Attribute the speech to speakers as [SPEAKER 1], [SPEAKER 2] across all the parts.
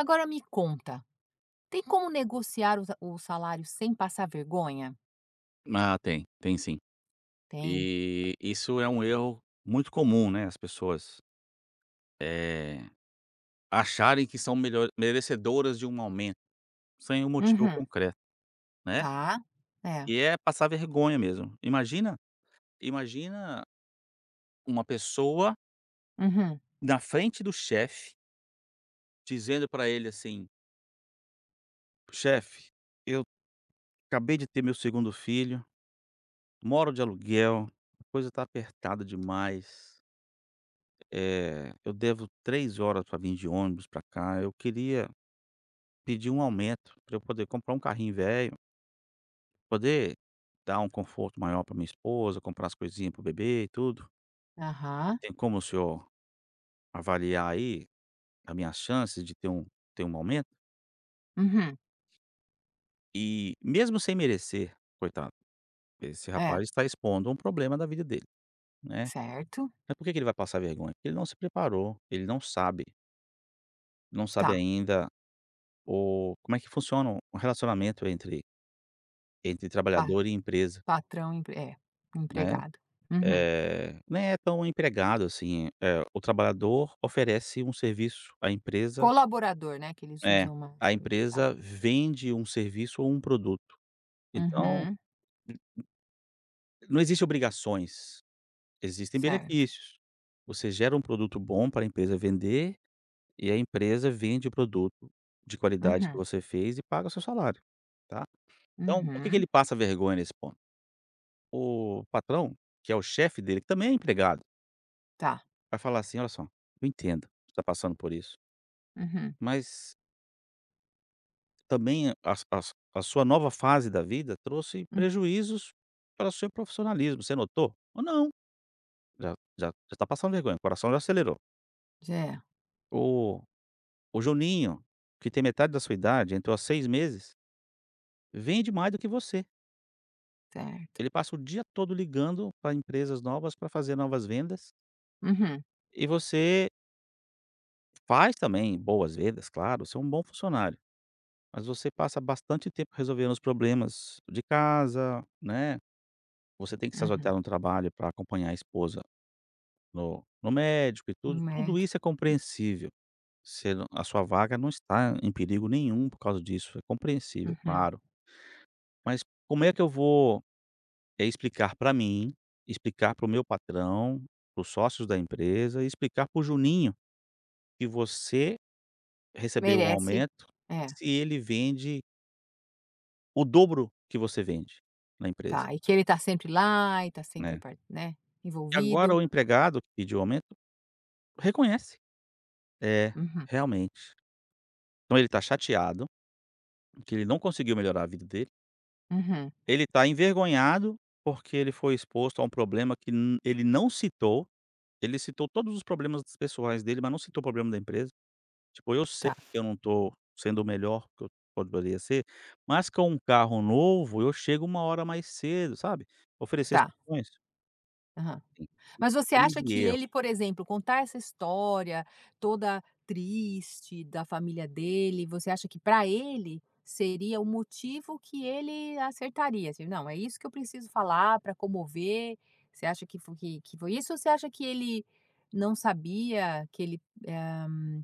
[SPEAKER 1] Agora me conta, tem como negociar o salário sem passar vergonha?
[SPEAKER 2] Ah, tem sim.
[SPEAKER 1] Tem?
[SPEAKER 2] E isso é um erro muito comum, né, as pessoas, eh, acharem que são melhor merecedoras de um aumento, sem um motivo
[SPEAKER 1] Uhum.
[SPEAKER 2] concreto, né,
[SPEAKER 1] Tá. É.
[SPEAKER 2] e é passar vergonha mesmo. Imagina uma pessoa
[SPEAKER 1] Uhum.
[SPEAKER 2] na frente do chefe, dizendo para ele assim: "Chefe, eu acabei de ter meu segundo filho, moro de aluguel, a coisa tá apertada demais, eu devo 3 horas para vir de ônibus para cá, eu queria pedir um aumento para eu poder comprar um carrinho velho, poder dar um conforto maior para minha esposa, comprar as coisinhas para o bebê e tudo.
[SPEAKER 1] Aham.
[SPEAKER 2] Tem como o senhor avaliar aí as minhas chances de ter um aumento?".
[SPEAKER 1] Uhum.
[SPEAKER 2] E mesmo sem merecer, coitado, esse
[SPEAKER 1] É.
[SPEAKER 2] rapaz está expondo um problema da vida dele, né.
[SPEAKER 1] Certo.
[SPEAKER 2] Mas por que que ele vai passar vergonha? Porque ele não se preparou, ele não sabe,
[SPEAKER 1] Tá.
[SPEAKER 2] ainda o como é que funciona o relacionamento entre
[SPEAKER 1] Pa
[SPEAKER 2] trabalhador e empresa,
[SPEAKER 1] patrão
[SPEAKER 2] né.
[SPEAKER 1] empregado. Uhum.
[SPEAKER 2] Nem é tão empregado assim, o trabalhador oferece um serviço, a empresa
[SPEAKER 1] Colaborador, né, que eles
[SPEAKER 2] é,
[SPEAKER 1] usam mais
[SPEAKER 2] a
[SPEAKER 1] hoje. Tá.
[SPEAKER 2] empresa vende um serviço ou um produto. Então,
[SPEAKER 1] Uhum.
[SPEAKER 2] n- não existem obrigações, existem
[SPEAKER 1] Certo.
[SPEAKER 2] benefícios. Você gera um produto bom para a empresa vender e a empresa vende o produto de qualidade que
[SPEAKER 1] Uhum.
[SPEAKER 2] você fez e paga o seu salário, tá. Então, por que que
[SPEAKER 1] Uhum.
[SPEAKER 2] ele passa vergonha nesse ponto? O patrão, que é o chefe dele, que também é empregado,
[SPEAKER 1] Tá.
[SPEAKER 2] vai falar assim: "Olha só, eu entendo, que você está passando por isso.
[SPEAKER 1] Uhum.
[SPEAKER 2] Mas também a a sua nova fase da vida trouxe
[SPEAKER 1] Hum.
[SPEAKER 2] prejuízos para o seu profissionalismo, você notou? Ou não, já já está passando vergonha, o coração já acelerou.
[SPEAKER 1] É,
[SPEAKER 2] O o Juninho, que tem metade da sua idade, entrou há 6 meses, vende mais do que você.
[SPEAKER 1] certo.
[SPEAKER 2] Ele passa o dia todo ligando para empresas novas para fazer novas vendas,
[SPEAKER 1] Uhum.
[SPEAKER 2] e você faz também boas vendas, claro, você é um bom funcionário, mas você passa bastante tempo resolvendo os problemas de casa, né. Você tem que se ausentar
[SPEAKER 1] Uhum.
[SPEAKER 2] no trabalho para acompanhar a esposa no médico e
[SPEAKER 1] No
[SPEAKER 2] tudo, tudo
[SPEAKER 1] médio.
[SPEAKER 2] isso é compreensível. Você não a sua vaga não está em perigo nenhum por causa disso, é compreensível,
[SPEAKER 1] Uhum.
[SPEAKER 2] claro. Mas como é que eu vou, explicar para mim, explicar para o meu patrão, para os sócios da empresa e explicar para o Juninho que você recebeu um
[SPEAKER 1] Merece.
[SPEAKER 2] aumento
[SPEAKER 1] É.
[SPEAKER 2] se ele vende o dobro que você vende na empresa,
[SPEAKER 1] Tá, e que ele tá sempre lá e tá sempre
[SPEAKER 2] né". E agora
[SPEAKER 1] envolvido.
[SPEAKER 2] o empregado que pediu aumento reconhece: "É,
[SPEAKER 1] Uhum,
[SPEAKER 2] realmente". Então ele tá chateado, que ele não conseguiu melhorar a vida dele.
[SPEAKER 1] uhum.
[SPEAKER 2] Ele tá envergonhado, porque ele foi exposto a um problema que n ele não citou. Ele citou todos os problemas pessoais dele, mas não citou o problema da empresa. Tipo: "Eu sei
[SPEAKER 1] Tá,
[SPEAKER 2] que eu não tô sendo o melhor que eu poderia ser, mas com um carro novo eu chego uma hora mais cedo", sabe. Oferecer
[SPEAKER 1] tá.
[SPEAKER 2] soluções?
[SPEAKER 1] Aham.
[SPEAKER 2] Sim,
[SPEAKER 1] Mas você acha
[SPEAKER 2] grande
[SPEAKER 1] que
[SPEAKER 2] erro.
[SPEAKER 1] ele, por exemplo, contar essa história toda triste da família dele, você acha que para ele seria o motivo que ele acertaria? Assim, "Não, é isso que eu preciso falar para comover". Você acha que fo que foi isso ou você acha que ele não sabia que ele, eh,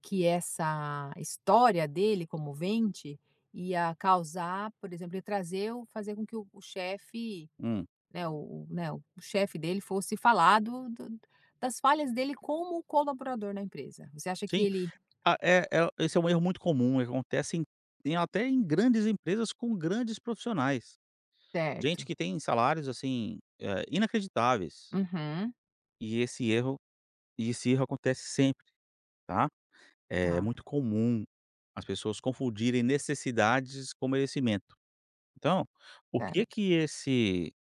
[SPEAKER 1] que essa história dele comovente ia causar, por exemplo, ia trazer o fazer com que o chefe,
[SPEAKER 2] Hum.
[SPEAKER 1] né, o chefe dele fosse falar do do das falhas dele como colaborador na empresa. Você acha que
[SPEAKER 2] Sim.
[SPEAKER 1] ele.
[SPEAKER 2] Ah, esse é um erro muito comum, acontece em em até em grandes empresas com grandes profissionais.
[SPEAKER 1] Certo.
[SPEAKER 2] Gente que tem salários, assim, inacreditáveis,
[SPEAKER 1] Uhum.
[SPEAKER 2] e esse erro e esse erro acontece sempre, tá. É
[SPEAKER 1] Tá.
[SPEAKER 2] muito comum as pessoas confundirem necessidades com merecimento. Então, o que
[SPEAKER 1] Certo.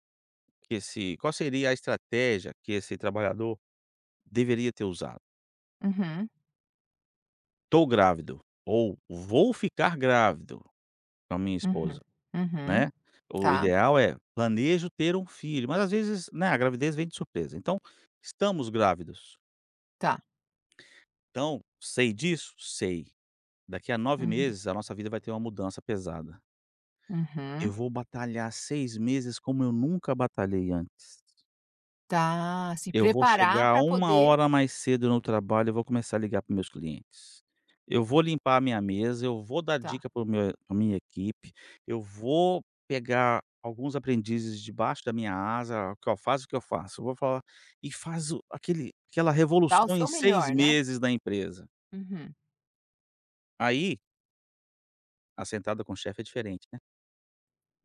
[SPEAKER 2] que esse qual seria a estratégia que esse trabalhador deveria ter usado?
[SPEAKER 1] Uhum,
[SPEAKER 2] "Estou grávido" ou "Vou ficar grávido com a minha esposa",
[SPEAKER 1] uhum, uhum.
[SPEAKER 2] né. O
[SPEAKER 1] Tá,
[SPEAKER 2] ideal é: "Planejo ter um filho", mas às vezes, né, a gravidez vem de surpresa. Então, "Estamos grávidos".
[SPEAKER 1] tá.
[SPEAKER 2] Então, sei disso? Sei. Daqui a nove
[SPEAKER 1] Uhum,
[SPEAKER 2] meses a nossa vida vai ter uma mudança pesada. Eu
[SPEAKER 1] uhum.
[SPEAKER 2] vou batalhar 6 meses como eu nunca batalhei antes.
[SPEAKER 1] Tá, se
[SPEAKER 2] Eu vou
[SPEAKER 1] preparar
[SPEAKER 2] chegar
[SPEAKER 1] para
[SPEAKER 2] uma
[SPEAKER 1] poder,
[SPEAKER 2] hora mais cedo no trabalho, eu vou começar a ligar para meus clientes. Eu vou limpar a minha mesa, eu vou dar
[SPEAKER 1] tá,
[SPEAKER 2] dica para o minha equipe, eu vou pegar alguns aprendizes debaixo da minha asa, o que eu faço, o que eu faço. Eu vou falar e faço aquele aquela
[SPEAKER 1] dar o
[SPEAKER 2] revolução
[SPEAKER 1] seu
[SPEAKER 2] em 6
[SPEAKER 1] melhor, né.
[SPEAKER 2] meses da empresa.
[SPEAKER 1] Uhum.
[SPEAKER 2] Aí a sentada com o chefe é diferente, né.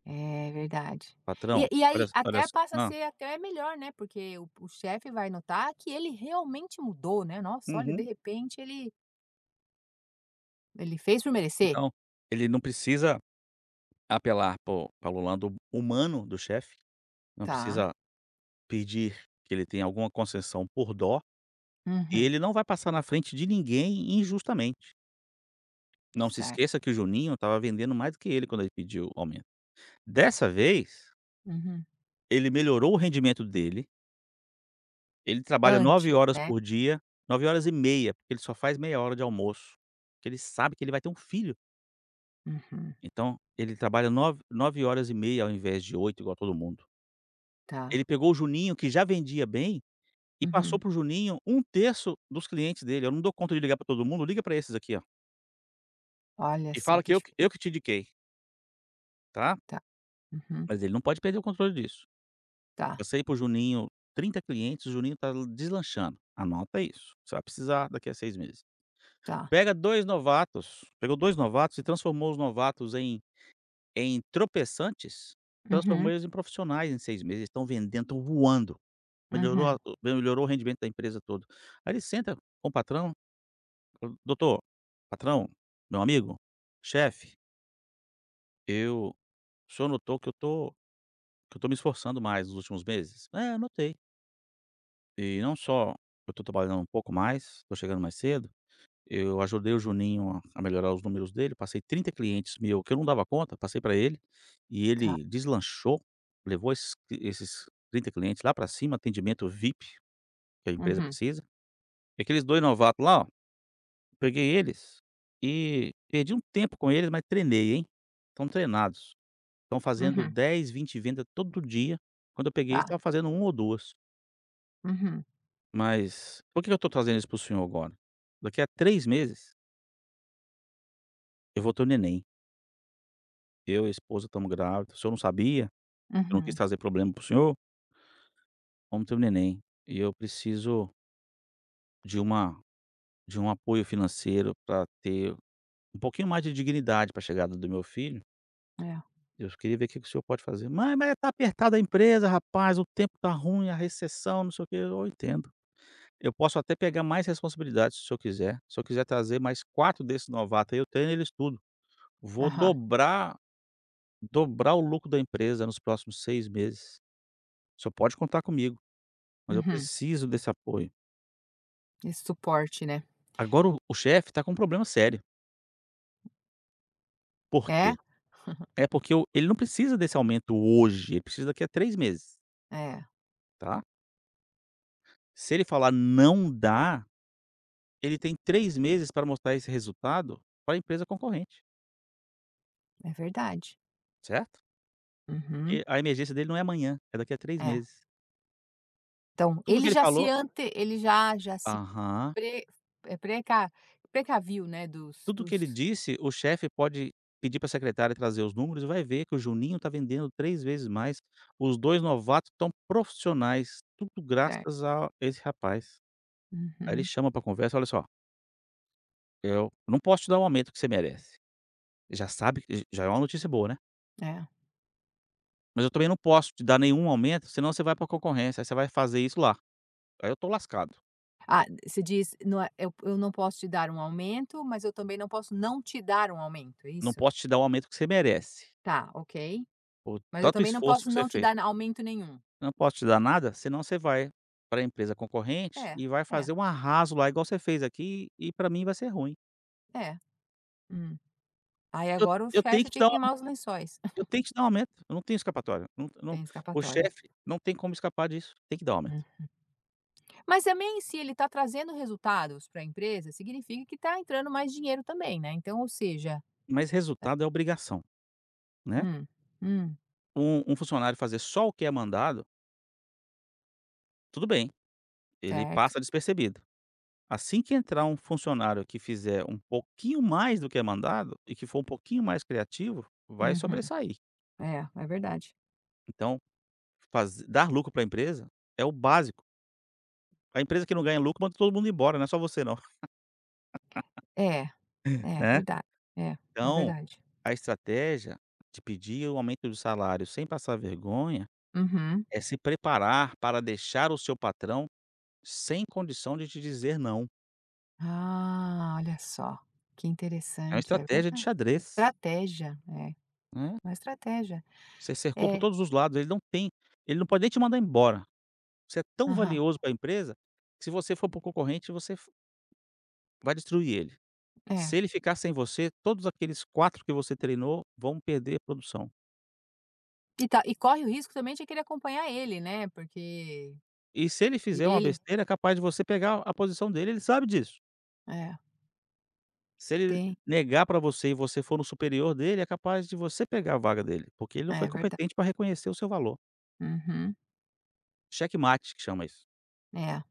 [SPEAKER 1] É verdade. E
[SPEAKER 2] "Patrão,
[SPEAKER 1] e aí
[SPEAKER 2] olha
[SPEAKER 1] até
[SPEAKER 2] só",
[SPEAKER 1] passa a
[SPEAKER 2] hã.
[SPEAKER 1] ser até melhor, né, porque o chefe vai notar que ele realmente mudou, né. Nossa, olha, de
[SPEAKER 2] Uhum.
[SPEAKER 1] repente ele fez por merecer.
[SPEAKER 2] Então, ele não precisa apelar para o lado humano do chefe, não
[SPEAKER 1] Tá.
[SPEAKER 2] precisa pedir que ele tenha alguma concessão por dó, e
[SPEAKER 1] Uhum.
[SPEAKER 2] ele não vai passar na frente de ninguém injustamente. Não se
[SPEAKER 1] Certo.
[SPEAKER 2] esqueça que o Juninho estava vendendo mais do que ele quando ele pediu o aumento. Dessa vez,
[SPEAKER 1] Uhum.
[SPEAKER 2] ele melhorou o rendimento dele, ele trabalha 9
[SPEAKER 1] Antes,
[SPEAKER 2] horas
[SPEAKER 1] né.
[SPEAKER 2] por dia, 9 horas e meia, porque ele só faz meia hora de almoço, porque ele sabe que ele vai ter um filho.
[SPEAKER 1] Uhum.
[SPEAKER 2] Então, ele trabalha 9 9 horas e meia ao invés de 8, igual todo mundo.
[SPEAKER 1] Tá.
[SPEAKER 2] Ele pegou o Juninho que já vendia bem e passou
[SPEAKER 1] Uhum.
[SPEAKER 2] pro Juninho um terço dos clientes dele. "Eu não dou conta de ligar para todo mundo, liga para esses aqui, ó,
[SPEAKER 1] Olha
[SPEAKER 2] e
[SPEAKER 1] só
[SPEAKER 2] fala
[SPEAKER 1] que
[SPEAKER 2] que
[SPEAKER 1] diferente.
[SPEAKER 2] eu que te indiquei, tá?".
[SPEAKER 1] Tá. Uhum.
[SPEAKER 2] Mas ele não pode perder o controle disso.
[SPEAKER 1] Tá,
[SPEAKER 2] Passei para pro Juninho 30 clientes, o Juninho tá deslanchando. Anota isso, você vai precisar daqui a 6 meses.
[SPEAKER 1] tá.
[SPEAKER 2] Pega 2 novatos, pegou 2 novatos e transformou os novatos em tropeçantes, transformou
[SPEAKER 1] Uhum,
[SPEAKER 2] eles em profissionais em 6 meses. Eles estão vendendo, estão voando. Melhorou a
[SPEAKER 1] uhum.
[SPEAKER 2] melhorou o rendimento da empresa todo. Aí ele senta com o patrão, fala: "Doutor, patrão, meu amigo, chefe, eu o senhor notou que eu tô me esforçando mais nos últimos meses?". "É, eu notei. E não só, eu tô trabalhando um pouco mais, tô chegando mais cedo, eu ajudei o Juninho a melhorar os números dele, passei 30 clientes meu que eu não dava conta, passei para ele, e
[SPEAKER 1] Tá.
[SPEAKER 2] ele deslanchou, levou esses 30 clientes lá para cima, atendimento VIP que a empresa
[SPEAKER 1] Uhum,
[SPEAKER 2] precisa. E aqueles 2 novatos lá, peguei eles e perdi um tempo com eles, mas treinei, hein. Estão treinados, estão fazendo
[SPEAKER 1] uhum.
[SPEAKER 2] 10 20 vendas todo dia. Quando eu peguei eles
[SPEAKER 1] Tá.
[SPEAKER 2] estavam fazendo 1 ou duas.
[SPEAKER 1] Uhum,
[SPEAKER 2] Mas por que que eu estou trazendo isso para o senhor agora? Daqui a 3 meses eu vou ter um neném. Eu e a esposa estamos grávidos, o senhor não sabia, eu não quis
[SPEAKER 1] uhum.
[SPEAKER 2] trazer problema para o senhor, vamos ter um neném. E eu preciso de uma de um apoio financeiro para ter um pouquinho mais de dignidade pra chegada do meu filho.
[SPEAKER 1] É.
[SPEAKER 2] Eu queria ver o que que o senhor pode fazer". "Mãe, mas tá apertada a empresa, rapaz, o tempo tá ruim, a recessão, não sei o quê", eu entendo. "Eu posso até pegar mais responsabilidade se o senhor quiser. Se eu quiser trazer mais 4 desses novatos, aí, eu treino eles tudo. Vou
[SPEAKER 1] Aham.
[SPEAKER 2] dobrar o lucro da empresa nos próximos 6 meses. O senhor pode contar comigo, mas eu
[SPEAKER 1] Uhum.
[SPEAKER 2] preciso desse apoio".
[SPEAKER 1] Esse suporte, né.
[SPEAKER 2] Agora o chefe tá com um problema sério. Por
[SPEAKER 1] É,
[SPEAKER 2] quê? É porque o ele não precisa desse aumento hoje, ele precisa daqui a 3 meses,
[SPEAKER 1] é.
[SPEAKER 2] tá. Se ele falar: "Não dá", ele tem 3 meses para mostrar esse resultado para a empresa concorrente.
[SPEAKER 1] É verdade.
[SPEAKER 2] Certo?
[SPEAKER 1] Uhum.
[SPEAKER 2] Porque a emergência dele não é amanhã, é daqui a 3
[SPEAKER 1] É.
[SPEAKER 2] meses.
[SPEAKER 1] Então,
[SPEAKER 2] Tudo que ele falou.
[SPEAKER 1] ele já se
[SPEAKER 2] Aham.
[SPEAKER 1] pre eh, preca precaviu, né, dos
[SPEAKER 2] Tudo que
[SPEAKER 1] dos
[SPEAKER 2] ele disse, o chefe pode pedir para a secretária trazer os números e vai ver que o Juninho está vendendo 3 vezes mais, os 2 novatos estão profissionais, tudo
[SPEAKER 1] Certo.
[SPEAKER 2] graças a esse rapaz. Aí ele
[SPEAKER 1] Uhum.
[SPEAKER 2] chama para conversa: "Olha só, eu não posso te dar o aumento que você merece". Já sabe que já é uma notícia boa, né.
[SPEAKER 1] É.
[SPEAKER 2] "Mas eu também não posso te dar nenhum aumento, senão você vai para a concorrência, aí você vai fazer isso lá". Aí eu tô lascado.
[SPEAKER 1] Ah, você diz: "Não é eu não posso te dar um aumento, mas eu também não posso não te dar um aumento", é
[SPEAKER 2] "Não
[SPEAKER 1] isso?
[SPEAKER 2] posso te dar o aumento que você merece,
[SPEAKER 1] Tá, ok.
[SPEAKER 2] por
[SPEAKER 1] Mas eu
[SPEAKER 2] tanto
[SPEAKER 1] também não
[SPEAKER 2] esforço
[SPEAKER 1] posso
[SPEAKER 2] que você
[SPEAKER 1] não te
[SPEAKER 2] fez.
[SPEAKER 1] dar na aumento nenhum.
[SPEAKER 2] Não posso te dar nada, senão você vai para a empresa concorrente
[SPEAKER 1] É,
[SPEAKER 2] e vai
[SPEAKER 1] é,
[SPEAKER 2] fazer um arraso lá igual você fez aqui e para mim vai ser ruim.
[SPEAKER 1] é. Hum. Aí
[SPEAKER 2] Eu
[SPEAKER 1] agora o
[SPEAKER 2] eu tenho
[SPEAKER 1] chefe
[SPEAKER 2] que te dar
[SPEAKER 1] fica em
[SPEAKER 2] um
[SPEAKER 1] maus lençóis.
[SPEAKER 2] eu tenho que te dar um aumento, eu não tenho escapatória, não", não.
[SPEAKER 1] Tem
[SPEAKER 2] O
[SPEAKER 1] escapatória.
[SPEAKER 2] chefe não tem como escapar disso, tem que dar o aumento.
[SPEAKER 1] Hum. Mas também se ele está trazendo resultados para a empresa, significa que está entrando mais dinheiro também, né, então ou seja.
[SPEAKER 2] Mas resultado é obrigação, né.
[SPEAKER 1] Hum, hum,
[SPEAKER 2] Um funcionário fazer só o que é mandado, tudo bem, ele passa
[SPEAKER 1] certo.
[SPEAKER 2] despercebido. Assim que entrar um funcionário que fizer um pouquinho mais do que é mandado e que for um pouquinho mais criativo, vai
[SPEAKER 1] Uhum.
[SPEAKER 2] sobressair.
[SPEAKER 1] É, é verdade.
[SPEAKER 2] Então, faz dar lucro para a empresa é o básico. A empresa que não ganha lucro manda todo mundo embora, não é só você não,
[SPEAKER 1] É, é
[SPEAKER 2] né.
[SPEAKER 1] verdade. É, é
[SPEAKER 2] Então,
[SPEAKER 1] verdade.
[SPEAKER 2] a estratégia de pedir o aumento do salário sem passar vergonha,
[SPEAKER 1] Uhum.
[SPEAKER 2] é se preparar para deixar o seu patrão sem condição de te dizer não.
[SPEAKER 1] Ah, olha só, que
[SPEAKER 2] É uma
[SPEAKER 1] interessante, é
[SPEAKER 2] estratégia de
[SPEAKER 1] verdade.
[SPEAKER 2] xadrez,
[SPEAKER 1] Estratégia, é,
[SPEAKER 2] né.
[SPEAKER 1] uma estratégia.
[SPEAKER 2] Você cercou por
[SPEAKER 1] É,
[SPEAKER 2] todos os lados, ele não pode nem te mandar embora. Você é tão
[SPEAKER 1] aham,
[SPEAKER 2] valioso para a empresa, que se você for para o concorrente, você f vai destruir ele.
[SPEAKER 1] é.
[SPEAKER 2] Se ele ficar sem você, todos aqueles 4 que você treinou vão perder a produção.
[SPEAKER 1] E tá, e corre o risco também de querer acompanhar ele, né, porque
[SPEAKER 2] E se ele
[SPEAKER 1] se
[SPEAKER 2] fizer uma
[SPEAKER 1] ele
[SPEAKER 2] besteira, é capaz de você pegar a posição dele, ele sabe disso.
[SPEAKER 1] é,
[SPEAKER 2] Se ele
[SPEAKER 1] tem,
[SPEAKER 2] negar para você e você for no superior dele, é capaz de você pegar a vaga dele, porque ele não
[SPEAKER 1] é
[SPEAKER 2] foi
[SPEAKER 1] verdade.
[SPEAKER 2] competente para reconhecer o seu valor.
[SPEAKER 1] Uhum,
[SPEAKER 2] Checkmate, que chama isso.
[SPEAKER 1] é.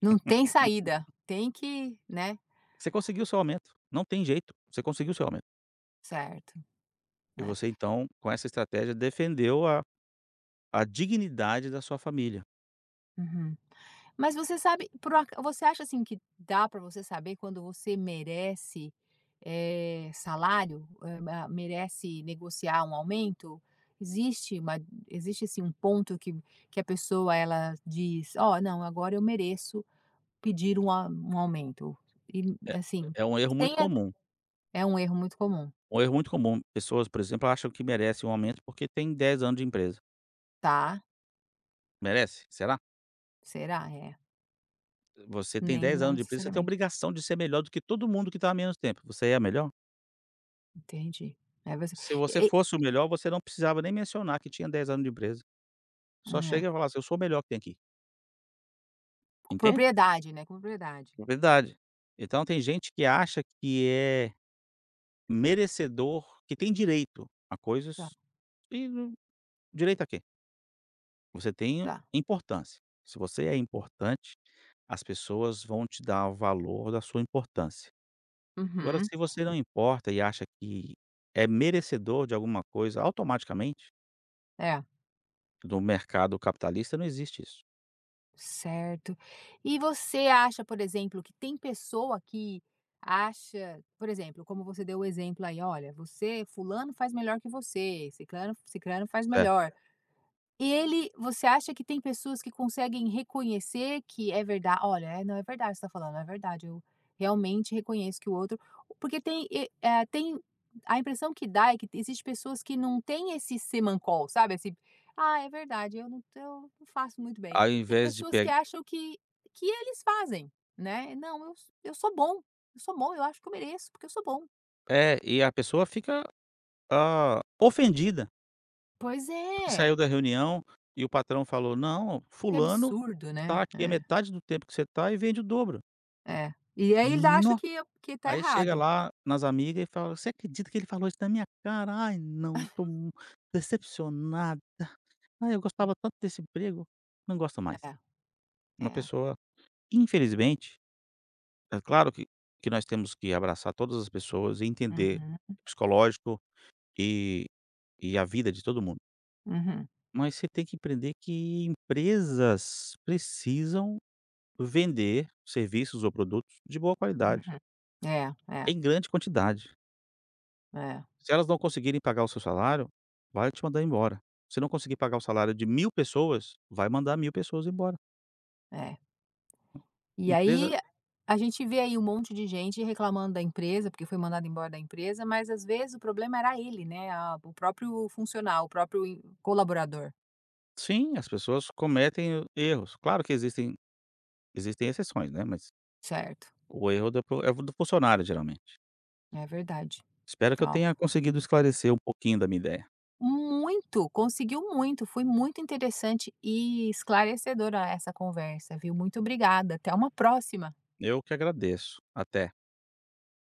[SPEAKER 1] Não tem saída, tem que, né,
[SPEAKER 2] Você conseguiu seu aumento, não tem jeito, você conseguiu seu aumento.
[SPEAKER 1] certo,
[SPEAKER 2] E
[SPEAKER 1] é.
[SPEAKER 2] você então, com essa estratégia, defendeu a dignidade da sua família.
[SPEAKER 1] Uhum. Mas você sabe, por ac você acha, assim, que dá para você saber quando você merece, salário, ma merece negociar um aumento? Existe uma Existe, assim, um ponto que a pessoa ela diz: "Ó, não, agora eu mereço pedir um a um aumento". E,
[SPEAKER 2] É
[SPEAKER 1] assim,
[SPEAKER 2] é um erro
[SPEAKER 1] sem
[SPEAKER 2] muito
[SPEAKER 1] a
[SPEAKER 2] comum,
[SPEAKER 1] é um erro muito comum.
[SPEAKER 2] um erro muito comum. Pessoas, por exemplo, acham que merece um aumento porque tem 10 anos de empresa.
[SPEAKER 1] Tá,
[SPEAKER 2] Merece? Será?
[SPEAKER 1] será? É.
[SPEAKER 2] Você tem
[SPEAKER 1] Nem
[SPEAKER 2] 10
[SPEAKER 1] não
[SPEAKER 2] anos de empresa, você tem a
[SPEAKER 1] necessariamente.
[SPEAKER 2] obrigação de ser melhor do que todo mundo que está há menos tempo. Você é a melhor?
[SPEAKER 1] Entendi. É você
[SPEAKER 2] Se você
[SPEAKER 1] e
[SPEAKER 2] fosse o melhor, você não precisava nem mencionar que tinha 10 anos de empresa. Só
[SPEAKER 1] é.
[SPEAKER 2] chega e fala assim: "Eu sou o melhor que tem aqui",
[SPEAKER 1] Com
[SPEAKER 2] entende?
[SPEAKER 1] propriedade, né, com propriedade.
[SPEAKER 2] Verdade. Então tem gente que acha que é merecedor, que tem direito a
[SPEAKER 1] Tá,
[SPEAKER 2] coisas, e não, direito a quê? Você tem
[SPEAKER 1] tá.
[SPEAKER 2] importância. Se você é importante, as pessoas vão te dar o valor da sua importância. Agora,
[SPEAKER 1] Uhum.
[SPEAKER 2] se você não importa e acha que é merecedor de alguma coisa automaticamente,
[SPEAKER 1] É,
[SPEAKER 2] no mercado capitalista não existe isso,
[SPEAKER 1] certo. E você acha, por exemplo, que tem pessoa que acha, por exemplo, como você deu o exemplo aí: "Olha, você fulano faz melhor que você, ciclano faz
[SPEAKER 2] certo?
[SPEAKER 1] melhor". E ele Você acha que tem pessoas que conseguem reconhecer que é verdade? "Olha, é, não, é verdade você está falando, é verdade, eu realmente reconheço que o outro", porque tem, e tem a impressão que dá é que existem pessoas que não têm esse semancol, sabe, esse: "Ah, é verdade, eu não faço muito bem".
[SPEAKER 2] Ao
[SPEAKER 1] Tem
[SPEAKER 2] invés de
[SPEAKER 1] pessoas que
[SPEAKER 2] pe
[SPEAKER 1] acham que eles fazem, né: "Não, eu sou bom, eu sou bom, eu acho que eu mereço, porque eu sou bom".
[SPEAKER 2] é, e a pessoa fica, ah, ofendida,
[SPEAKER 1] Pois
[SPEAKER 2] porque
[SPEAKER 1] é,
[SPEAKER 2] saiu da reunião e o patrão falou: "Não,
[SPEAKER 1] que
[SPEAKER 2] fulano
[SPEAKER 1] absurdo,
[SPEAKER 2] tá
[SPEAKER 1] né.
[SPEAKER 2] aqui a
[SPEAKER 1] É,
[SPEAKER 2] metade do tempo que você tá e vende o dobro".
[SPEAKER 1] é. E aí ele acha
[SPEAKER 2] No
[SPEAKER 1] que tá
[SPEAKER 2] Aí chega
[SPEAKER 1] errado.
[SPEAKER 2] lá nas amigas e fala: "Você acredita que ele falou isso na minha cara? Ai, não, tô decepcionada. Ah, eu gostava tanto desse emprego, não gosto mais".
[SPEAKER 1] É,
[SPEAKER 2] Uma
[SPEAKER 1] é.
[SPEAKER 2] pessoa, infelizmente, é claro que nós temos que abraçar todas as pessoas e entender
[SPEAKER 1] Uhum,
[SPEAKER 2] o psicológico e e a vida de todo mundo.
[SPEAKER 1] uhum,
[SPEAKER 2] Mas você tem que entender que empresas precisam vender serviços ou produtos de boa qualidade,
[SPEAKER 1] uhum. É, é,
[SPEAKER 2] em grande quantidade.
[SPEAKER 1] é,
[SPEAKER 2] Se elas não conseguirem pagar o seu salário, vai te mandar embora. Se não conseguir pagar o salário de 1.000 pessoas, vai mandar 1.000 pessoas embora.
[SPEAKER 1] é. E aí,
[SPEAKER 2] Empresa
[SPEAKER 1] a gente vê aí um monte de gente reclamando da empresa, porque foi mandado embora da empresa, mas às vezes o problema era ele, né, a o próprio funcional, o próprio colaborador.
[SPEAKER 2] Sim, as pessoas cometem o erros. Claro que existem exceções, né, mas
[SPEAKER 1] Certo,
[SPEAKER 2] o erro do pro é do funcionário, geralmente.
[SPEAKER 1] é verdade.
[SPEAKER 2] Espero que eu
[SPEAKER 1] Ó,
[SPEAKER 2] tenha conseguido esclarecer um pouquinho da minha ideia.
[SPEAKER 1] muito, conseguiu muito, foi muito interessante e esclarecedora essa conversa, viu. Muito obrigada, até uma próxima.
[SPEAKER 2] Eu que agradeço. Até.